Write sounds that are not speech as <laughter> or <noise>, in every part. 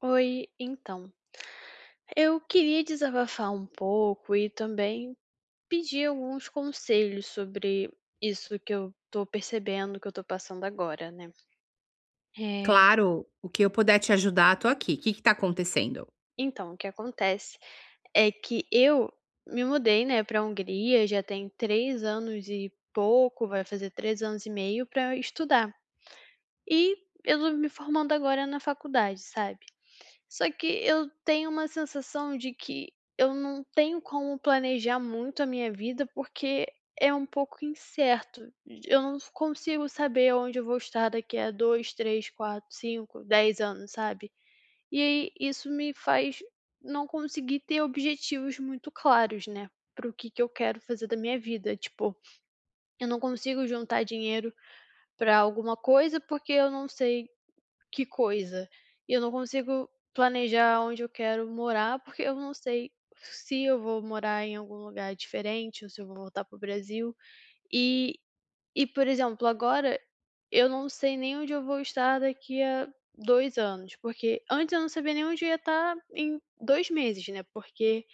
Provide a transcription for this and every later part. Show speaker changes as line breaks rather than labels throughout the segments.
Oi, então, eu queria desabafar um pouco e também pedir alguns conselhos sobre isso que eu tô percebendo, que eu tô passando agora, né. Eh,
Claro, o que eu puder te ajudar, tô aqui. O que que tá acontecendo?
então, o que acontece é que eu me mudei, né, pra Hungria já tem 3 anos e pouco, vai fazer 3 anos e meio pra estudar. E eu tô me formando agora na faculdade, sabe. Só que eu tenho uma sensação de que eu não tenho como planejar muito a minha vida, porque é um pouco incerto. Eu não consigo saber onde eu vou estar daqui a 2, 3, 4, 5, 10 anos, sabe? E aí isso me faz não conseguir ter objetivos muito claros, né? Para o que, que eu quero fazer da minha vida. Tipo, eu não consigo juntar dinheiro para alguma coisa porque eu não sei que coisa. E eu não consigo planejar onde eu quero morar, porque eu não sei se eu vou morar em algum lugar diferente ou se eu vou voltar para o Brasil. E e, por exemplo, agora eu não sei nem onde eu vou estar daqui a 2 anos, porque antes eu não sabia nem onde eu ia estar em 2 meses, né, porque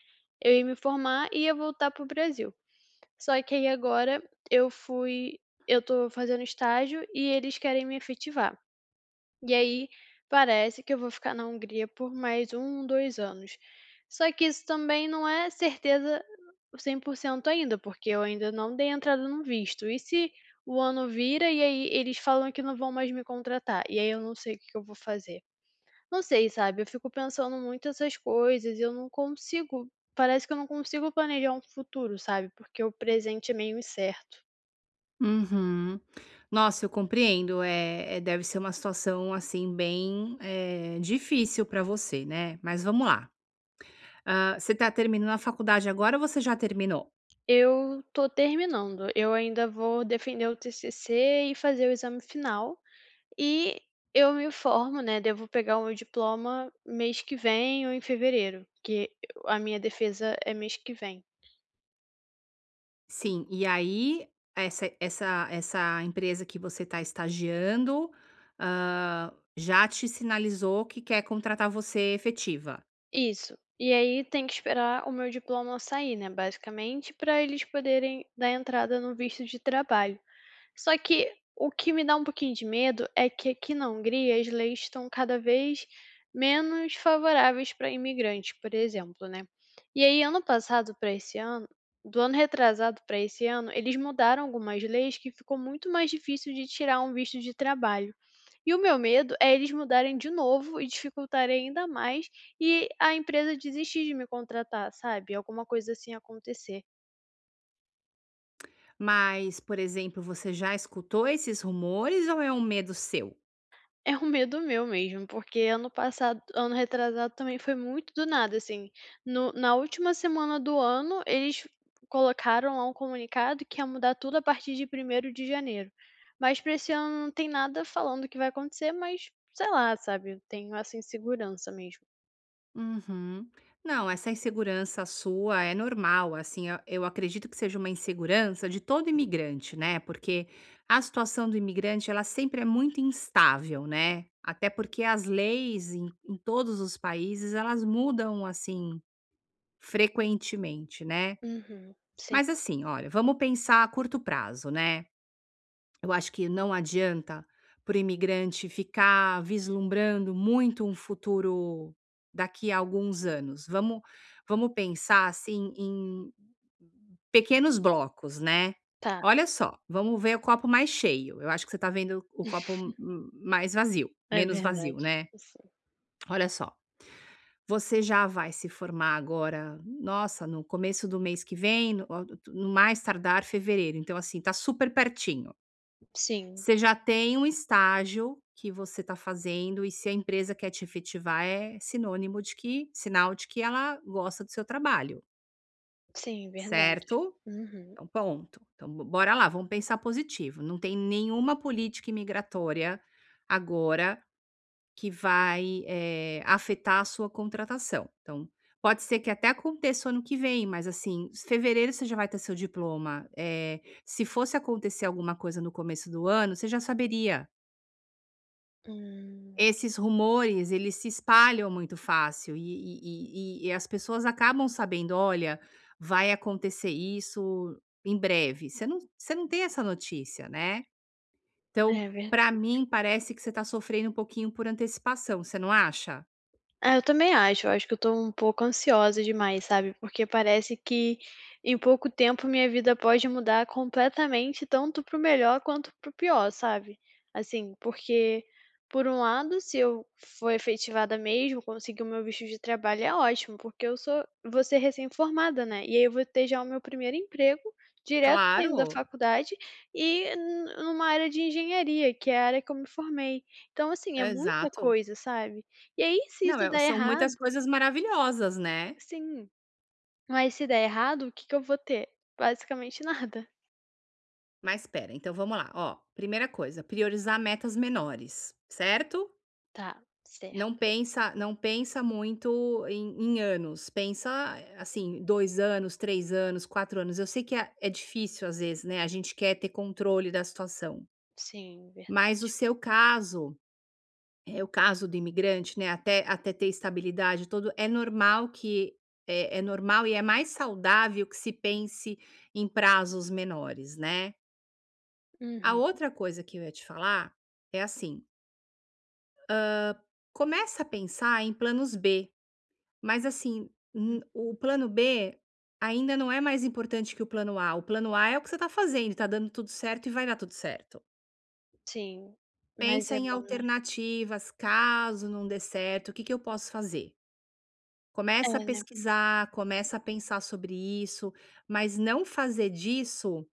eu ia me formar e ia voltar para o Brasil. Só que aí agora eu fui eu tô fazendo estágio e eles querem me efetivar. E aí parece que eu vou ficar na Hungria por mais 1, 2 anos. Só que isso também não é certeza 100% ainda, porque eu ainda não dei entrada no visto. E se o ano vira e aí eles falam que não vão mais me contratar? E aí eu não sei o que que eu vou fazer. Não sei, sabe? Eu fico pensando muito essas coisas e eu não consigo. Parece que eu não consigo planejar um futuro, sabe? Porque o presente é meio incerto.
Uhum. Nossa, eu compreendo. Deve ser uma situação assim bem difícil para você, né? Mas vamos lá. Ah, você está terminando a faculdade agora ou você já terminou?
Eu tô terminando. Eu ainda vou defender o TCC e fazer o exame final. E eu me formo, né, devo pegar o meu diploma mês que vem ou em fevereiro, que a minha defesa é mês que vem.
Sim. E aí essa empresa que você está estagiando já te sinalizou que quer contratar você efetiva.
Isso. E aí tem que esperar o meu diploma sair, né, basicamente, para eles poderem dar entrada no visto de trabalho. Só que o que me dá um pouquinho de medo é que aqui na Hungria as leis estão cada vez menos favoráveis para imigrantes, por exemplo, né. E aí ano passado para esse ano do ano retrasado para esse ano, eles mudaram algumas leis que ficou muito mais difícil de tirar um visto de trabalho. E o meu medo é eles mudarem de novo e dificultarem ainda mais e a empresa desistir de me contratar, sabe, alguma coisa assim acontecer.
Mas, por exemplo, você já escutou esses rumores ou é um medo seu?
É um medo meu mesmo, porque ano passado ano retrasado também foi muito do nada, assim. No na última semana do ano, eles colocaram lá um comunicado que ia mudar tudo a partir de 1º de janeiro. Mas pra esse ano não tem nada falando o que vai acontecer, mas, sei lá, sabe, eu tenho essa insegurança mesmo.
Uhum. Não, essa insegurança sua é normal, assim, eu acredito que seja uma insegurança de todo imigrante, né? Porque a situação do imigrante, ela sempre é muito instável, né? Até porque as leis em todos os países, elas mudam, assim, frequentemente, né?
Uhum. Sim,
Mas assim, olha, vamos pensar a curto prazo, né? Eu acho que não adianta para o imigrante ficar vislumbrando muito um futuro daqui a alguns anos. Vamos pensar assim em pequenos blocos, né?
tá.
Olha só, vamos ver o copo mais cheio. Eu acho que você está vendo o copo mais vazio,
É
menos
verdade.
vazio, né?
Sim.
Olha só, você já vai se formar agora, nossa, no começo do mês que vem, no mais tardar fevereiro. Então, assim, tá super pertinho.
Sim,
Você já tem um estágio que você está fazendo e se a empresa quer te efetivar é sinônimo de que sinal de que ela gosta do seu trabalho,
sim, verdade.
certo?
Uhum.
Então ponto. Então bo bora lá, vamos pensar positivo, não tem nenhuma política imigratória agora que vai, afetar a sua contratação. Então, pode ser que até aconteça o ano que vem, mas assim, fevereiro você já vai ter seu diploma, se fosse acontecer alguma coisa no começo do ano, você já saberia.
Hum,
Esses rumores, eles se espalham muito fácil e as pessoas acabam sabendo: "Olha, vai acontecer isso em breve". Você não tem essa notícia, né. Então,
é
para
verdade.
mim, parece que você está sofrendo um pouquinho por antecipação, você não acha?
Ah, eu também acho. Eu acho que eu tô um pouco ansiosa demais, sabe? Porque parece que em pouco tempo minha vida pode mudar completamente, tanto para o melhor quanto para o pior, sabe? Assim, porque por um lado, se eu for efetivada mesmo, conseguir o meu visto de trabalho é ótimo, porque eu sou vou ser recém-formada, né? E aí eu vou ter já o meu primeiro emprego, direto saindo da
Claro,
faculdade e numa área de engenharia, que é a área que eu me formei. Então, assim, é muita
exato.
coisa, sabe? E aí, se
Não,
isso der
são muitas
errado
coisas maravilhosas, né.
sim, mas se der errado, o que que eu vou ter? Basicamente <laughs> nada.
Mas espera, então vamos lá, ó, primeira coisa, priorizar metas menores, certo?
Tá, certo.
Não pensa muito em anos, pensa, assim, 2 anos, 3 anos, 4 anos. Eu sei que é difícil às vezes, né, a gente quer ter controle da situação,
Sim, verdade.
mas o seu caso, o caso do imigrante, né, até ter estabilidade e tudo, é normal que é normal e é mais saudável que se pense em prazos menores, né. A
Uhum,
outra coisa que eu ia te falar é assim, começa a pensar em planos B. Mas assim, n o
uhum.
plano B ainda não é mais importante que o plano A. O plano A é o que você está fazendo, está dando tudo certo e vai dar tudo certo.
Sim, mas
Pensa
é
em
bom, né.
alternativas, caso não dê certo, o que que eu posso fazer?
É,
Começa a
né.
pesquisar, começa a pensar sobre isso, mas não fazer disso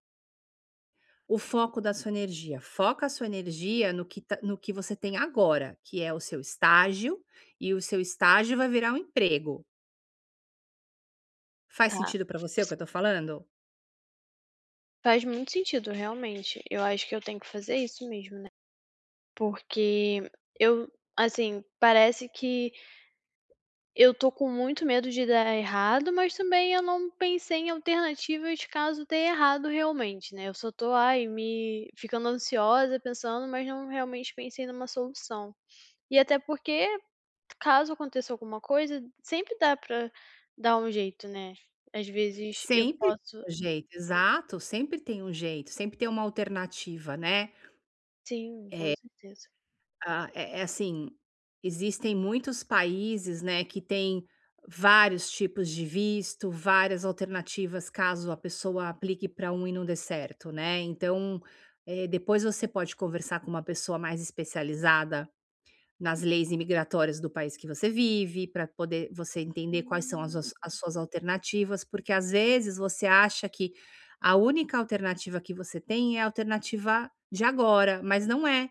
o foco da sua energia. Foca a sua energia no que você tem agora, que é o seu estágio, e o seu estágio vai virar um emprego. Faz
Tá.
sentido para você o que eu tô falando?
Faz muito sentido, realmente. Eu acho que eu tenho que fazer isso mesmo, né. Porque eu assim, parece que eu tô com muito medo de dar errado, mas também eu não pensei em alternativas caso dê errado realmente, né. Eu só tô, ai, me ficando ansiosa pensando, mas não realmente pensei numa solução. E até porque, caso aconteça alguma coisa, sempre dá pra dar um jeito, né. Às vezes eu
Sempre
posso
tem um jeito, exato, sempre tem um jeito, sempre tem uma alternativa, né.
sim, com certeza.
Ah, é assim, existem muitos países, né, que têm vários tipos de visto, várias alternativas caso a pessoa aplique para um e não dê certo, né. Então, depois você pode conversar com uma pessoa mais especializada nas leis imigratórias do país que você vive, para poder você entender quais são as
Hum.
as as suas alternativas, porque às vezes você acha que a única alternativa que você tem é a alternativa de agora, mas não é.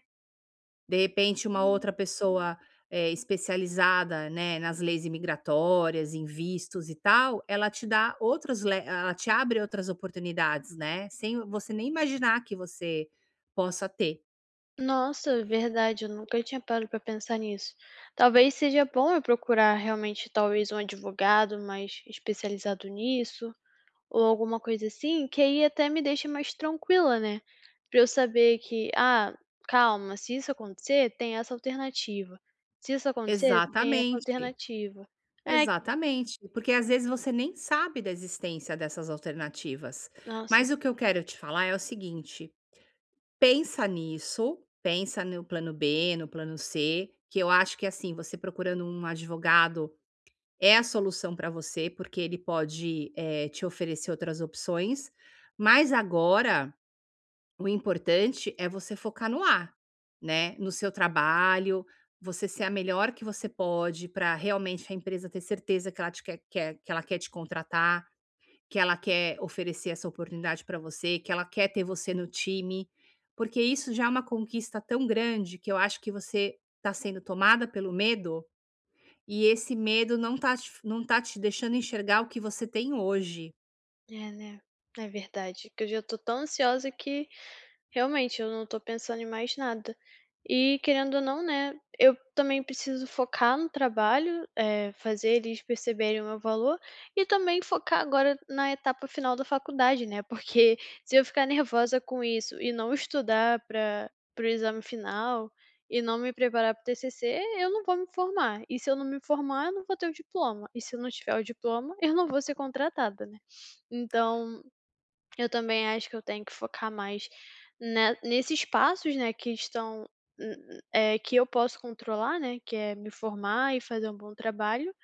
De repente uma outra pessoa, especializada, né, nas leis imigratórias, em vistos e tal, ela te dá outros le ela te abre outras oportunidades, né, sem você nem imaginar que você possa ter.
Nossa, verdade, eu nunca tinha parado para pensar nisso. Talvez seja bom eu procurar realmente talvez um advogado mais especializado nisso, ou alguma coisa assim, que aí até me deixa mais tranquila, né? Para eu saber que, ah, calma, se isso acontecer, tem essa alternativa. Se isso acontecer, tem essa
Exatamente.
alternativa. É,
Exatamente, porque às vezes você nem sabe da existência dessas alternativas.
nossa,
Mas o que eu quero te falar é o seguinte: pensa nisso, pensa no plano B, no plano C, que eu acho que assim, você procurando um advogado é a solução para você, porque ele pode te oferecer outras opções. Mas agora o importante é você focar no A, né, no seu trabalho, você ser a melhor que você pode para realmente a empresa ter certeza que ela te quer que ela quer te contratar, que ela quer oferecer essa oportunidade para você, que ela quer ter você no time, porque isso já é uma conquista tão grande que eu acho que você está sendo tomada pelo medo, e esse medo não tá te deixando enxergar o que você tem hoje.
é, né? É verdade, que eu já tô tão ansiosa que realmente, eu não tô pensando em mais nada. E querendo ou não, né, eu também preciso focar no trabalho, fazer eles perceberem o meu valor e também focar agora na etapa final da faculdade, né, porque <laughs> se eu ficar nervosa com isso e não estudar pra para o exame final e não me preparar para o TCC, eu não vou me formar. E se eu não me formar, eu não vou ter o diploma. E se eu não tiver o diploma, <laughs> eu não vou ser contratada, né. Então eu também acho que eu tenho que focar mais ne nesses passos, né, que estão que eu posso controlar, né, que é me formar e fazer um bom trabalho,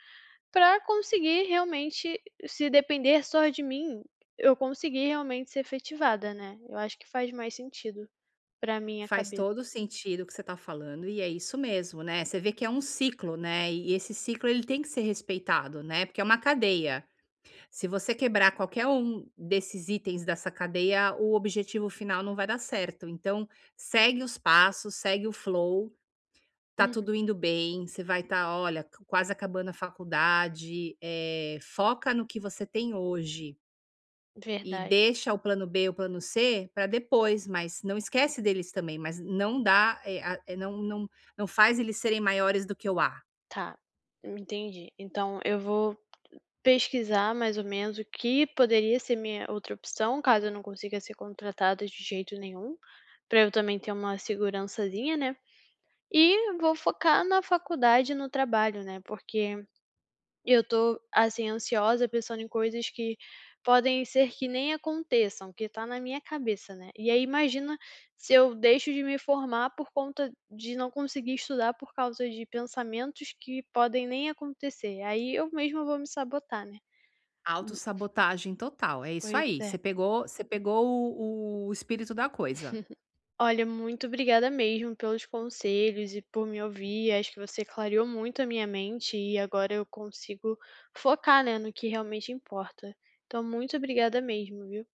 para conseguir realmente, se depender só de mim, eu conseguir realmente ser efetivada, né. Eu acho que faz mais sentido pra minha
Faz
cabeça.
todo o sentido o que você está falando e é isso mesmo, né, você vê que é um ciclo, né, e esse ciclo ele tem que ser respeitado, né, porque é uma cadeia. Se você quebrar qualquer um desses itens dessa cadeia, o objetivo final não vai dar certo. Então, segue os passos, segue o flow, tá
Uhum.
tudo indo bem, você vai estar, olha, quase acabando a faculdade, foca no que você tem hoje. E
Verdade,
deixa o plano B, o plano C para depois, mas não esquece deles também, mas não dá, não faz eles serem maiores do que o A.
tá, entendi. Então eu vou pesquisar mais ou menos o que poderia ser minha outra opção, caso eu não consiga ser contratada de jeito nenhum, para eu também ter uma segurançazinha, né. E vou focar na faculdade e no trabalho, né, porque eu tô, assim, ansiosa pensando em coisas que podem ser que nem aconteçam, que tá na minha cabeça, né. E aí imagina se eu deixo de me formar por conta de não conseguir estudar por causa de pensamentos que podem nem acontecer, aí eu mesma vou me sabotar, né.
Autossabotagem total, é isso
Pois
aí,
é.
você pegou o espírito da coisa.
Olha, muito obrigada mesmo pelos conselhos e por me ouvir. Acho que você clareou muito a minha mente e agora eu consigo focar, né, no que realmente importa. Então, muito obrigada mesmo, viu?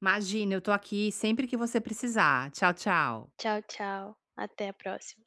Imagina, eu tô aqui sempre que você precisar. Tchau, tchau.
Tchau, tchau. Até a próxima.